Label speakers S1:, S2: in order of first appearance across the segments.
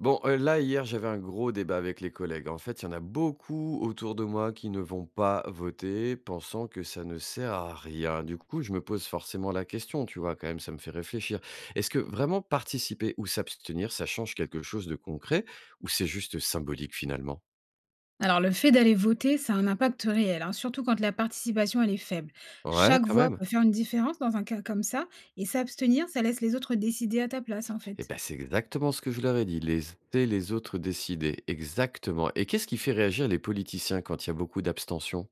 S1: Bon, là, hier, j'avais un gros débat avec les collègues. En fait, il y en a beaucoup autour de moi qui ne vont pas voter, pensant que ça ne sert à rien. Du coup, je me pose forcément la question, tu vois? Quand même, ça me fait réfléchir. Est-ce que vraiment participer ou s'abstenir, ça change quelque chose de concret ou c'est juste symbolique finalement?
S2: Alors, le fait d'aller voter, ça a un impact réel, hein, surtout quand la participation elle est faible.
S1: Ouais,
S2: Chaque
S1: quand
S2: voix
S1: même.
S2: peut faire une différence dans un cas comme ça, et s'abstenir, ça laisse les autres décider à ta place, en
S1: Eh
S2: fait.
S1: ben, c'est exactement ce que je leur ai dit, laisser les autres décider. Exactement. Et qu'est-ce qui fait réagir les politiciens quand il y a beaucoup d'abstention?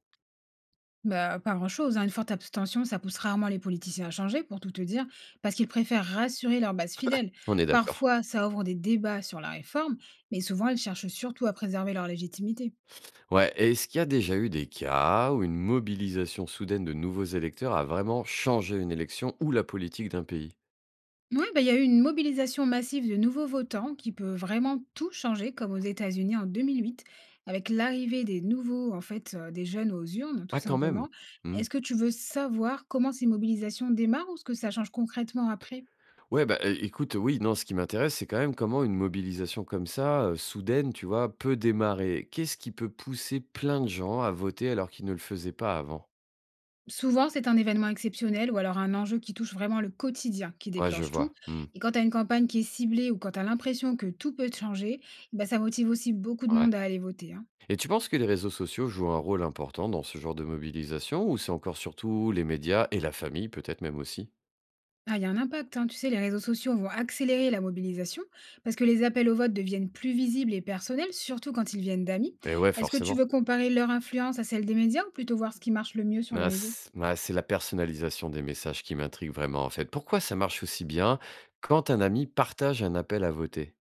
S2: Bah, pas grand-chose, hein. Une forte abstention, ça pousse rarement les politiciens à changer, pour tout te dire, parce qu'ils préfèrent rassurer leur base fidèle.
S1: On est d'accord.
S2: Parfois, ça ouvre des débats sur la réforme, mais souvent, ils cherchent surtout à préserver leur légitimité.
S1: Ouais, et est-ce qu'il y a déjà eu des cas où une mobilisation soudaine de nouveaux électeurs a vraiment changé une élection ou la politique d'un pays?
S2: Oui, bah, il y a eu une mobilisation massive de nouveaux votants qui peut vraiment tout changer, comme aux États-Unis en 2008, avec l'arrivée des nouveaux, en fait, des jeunes aux urnes, tout
S1: Ah, quand même.
S2: simplement.
S1: Hmm.
S2: Est-ce que tu veux savoir comment ces mobilisations démarrent ou ce que ça change concrètement après?
S1: Ouais, bah écoute, oui, non, ce qui m'intéresse, c'est quand même comment une mobilisation comme ça, soudaine, tu vois, peut démarrer. Qu'est-ce qui peut pousser plein de gens à voter alors qu'ils ne le faisaient pas avant?
S2: Souvent, c'est un événement exceptionnel ou alors un enjeu qui touche vraiment le quotidien qui
S1: Ouais, je
S2: déclenche tout.
S1: vois. Hmm.
S2: Et quand tu as une campagne qui est ciblée ou quand tu as l'impression que tout peut changer, bah, ça motive aussi beaucoup de
S1: Ouais.
S2: monde à aller voter, hein.
S1: Et tu penses que les réseaux sociaux jouent un rôle important dans ce genre de mobilisation, ou c'est encore surtout les médias et la famille, peut-être même aussi?
S2: Ah, il y a un impact, hein. Tu sais, les réseaux sociaux vont accélérer la mobilisation parce que les appels au vote deviennent plus visibles et personnels, surtout quand ils viennent d'amis.
S1: Et ouais,
S2: Est-ce que tu
S1: forcément.
S2: veux comparer leur influence à celle des médias ou plutôt voir ce qui marche le mieux sur
S1: Ah,
S2: les réseaux?
S1: c bah, c'est la personnalisation des messages qui m'intrigue vraiment, en fait. Pourquoi ça marche aussi bien quand un ami partage un appel à voter?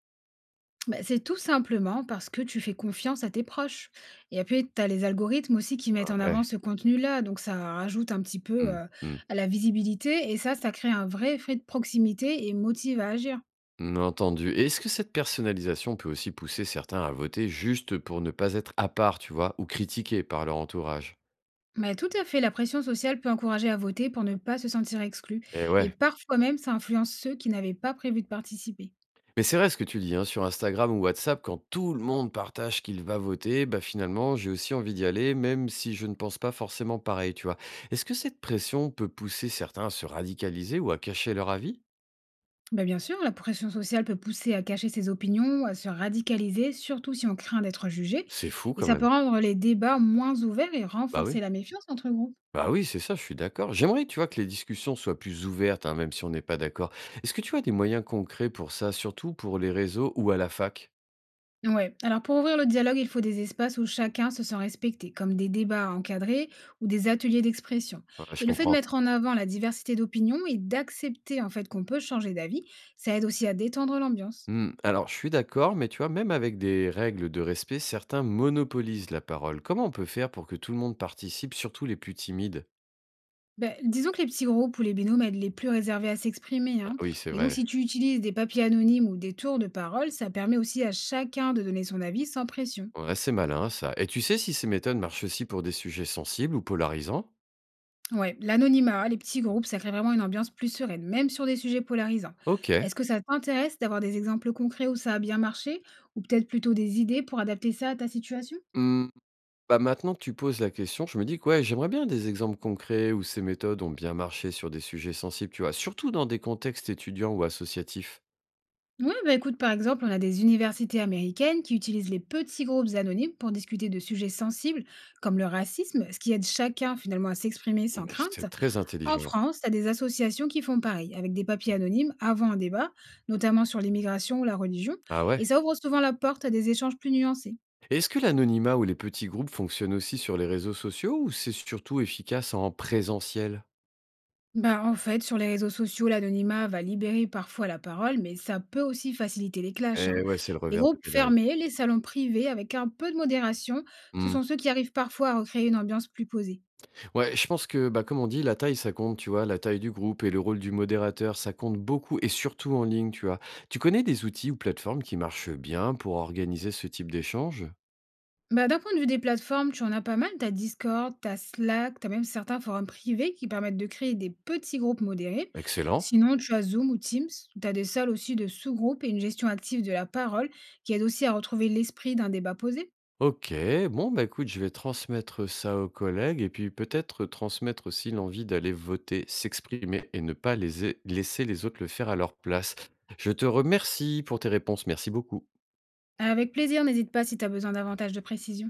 S2: Bah, c'est tout simplement parce que tu fais confiance à tes proches. Et puis, tu as les algorithmes aussi qui mettent en avant
S1: Ouais,
S2: ce contenu-là. Donc, ça rajoute un petit peu
S1: mmh, mmh,
S2: à la visibilité. Et ça crée un vrai effet de proximité et motive à agir.
S1: mmh, entendu. Et est-ce que cette personnalisation peut aussi pousser certains à voter juste pour ne pas être à part, tu vois, ou critiqués par leur entourage?
S2: Mais tout à fait, la pression sociale peut encourager à voter pour ne pas se sentir exclu.
S1: Eh
S2: Et
S1: ouais.
S2: parfois même, ça influence ceux qui n'avaient pas prévu de participer.
S1: Mais c'est vrai ce que tu dis, hein, sur Instagram ou WhatsApp, quand tout le monde partage qu'il va voter, bah finalement, j'ai aussi envie d'y aller, même si je ne pense pas forcément pareil, tu vois. Est-ce que cette pression peut pousser certains à se radicaliser ou à cacher leur avis?
S2: Bah, bien sûr, la pression sociale peut pousser à cacher ses opinions, à se radicaliser, surtout si on craint d'être jugé.
S1: C'est fou
S2: Et
S1: quand
S2: ça peut
S1: même.
S2: rendre les débats moins ouverts et
S1: Bah
S2: renforcer
S1: oui.
S2: la méfiance entre groupes.
S1: Bah oui, c'est ça, je suis d'accord. J'aimerais, tu vois, que les discussions soient plus ouvertes, hein, même si on n'est pas d'accord. Est-ce que tu as des moyens concrets pour ça, surtout pour les réseaux ou à la fac?
S2: Ouais. Alors pour ouvrir le dialogue, il faut des espaces où chacun se sent respecté, comme des débats encadrés ou des ateliers d'expression.
S1: Ouais,
S2: Et
S1: je
S2: le fait de
S1: comprends.
S2: mettre en avant la diversité d'opinions et d'accepter en fait qu'on peut changer d'avis, ça aide aussi à détendre l'ambiance.
S1: Hmm, alors, je suis d'accord, mais tu vois, même avec des règles de respect, certains monopolisent la parole. Comment on peut faire pour que tout le monde participe, surtout les plus timides?
S2: Ben, disons que les petits groupes ou les binômes aident les plus réservés à s'exprimer,
S1: Ah
S2: hein.
S1: oui, c'est
S2: Et donc
S1: vrai.
S2: si tu utilises des papiers anonymes ou des tours de parole, ça permet aussi à chacun de donner son avis sans pression.
S1: Ouais, c'est malin, ça. Et tu sais si ces méthodes marchent aussi pour des sujets sensibles ou polarisants?
S2: Ouais, l'anonymat, les petits groupes, ça crée vraiment une ambiance plus sereine, même sur des sujets polarisants.
S1: Ok.
S2: Est-ce que ça t'intéresse d'avoir des exemples concrets où ça a bien marché, ou peut-être plutôt des idées pour adapter ça à ta situation?
S1: Mmh. Bah, maintenant que tu poses la question, je me dis que, ouais, j'aimerais bien des exemples concrets où ces méthodes ont bien marché sur des sujets sensibles, tu vois, surtout dans des contextes étudiants ou associatifs.
S2: Ouais, bah écoute, par exemple, on a des universités américaines qui utilisent les petits groupes anonymes pour discuter de sujets sensibles comme le racisme, ce qui aide chacun finalement à s'exprimer sans
S1: Mais
S2: crainte.
S1: c'est très
S2: En
S1: intelligent.
S2: France, tu as des associations qui font pareil, avec des papiers anonymes avant un débat, notamment sur l'immigration ou la religion,
S1: Ah
S2: et
S1: ouais?
S2: ça ouvre souvent la porte à des échanges plus nuancés.
S1: Est-ce que l'anonymat ou les petits groupes fonctionnent aussi sur les réseaux sociaux ou c'est surtout efficace en présentiel?
S2: Bah, en fait, sur les réseaux sociaux, l'anonymat va libérer parfois la parole, mais ça peut aussi faciliter les clashs, hein.
S1: Eh ouais, c'est le
S2: Les
S1: revers de
S2: groupes
S1: médaille.
S2: fermés, les salons privés, avec un peu de modération, ce
S1: Hmm.
S2: sont ceux qui arrivent parfois à recréer une ambiance plus posée.
S1: Ouais, je pense que, bah, comme on dit, la taille, ça compte, tu vois, la taille du groupe et le rôle du modérateur, ça compte beaucoup et surtout en ligne, tu vois. Tu connais des outils ou plateformes qui marchent bien pour organiser ce type d'échange?
S2: Bah, d'un point de vue des plateformes, tu en as pas mal. T'as Discord, t'as Slack, t'as même certains forums privés qui permettent de créer des petits groupes modérés.
S1: Excellent.
S2: Sinon, tu as Zoom ou Teams, où t'as des salles aussi de sous-groupes et une gestion active de la parole qui aide aussi à retrouver l'esprit d'un débat posé.
S1: OK. Bon, bah, écoute, je vais transmettre ça aux collègues et puis peut-être transmettre aussi l'envie d'aller voter, s'exprimer et ne pas les laisser les autres le faire à leur place. Je te remercie pour tes réponses. Merci beaucoup.
S2: Avec plaisir, n'hésite pas si t'as besoin davantage de précision.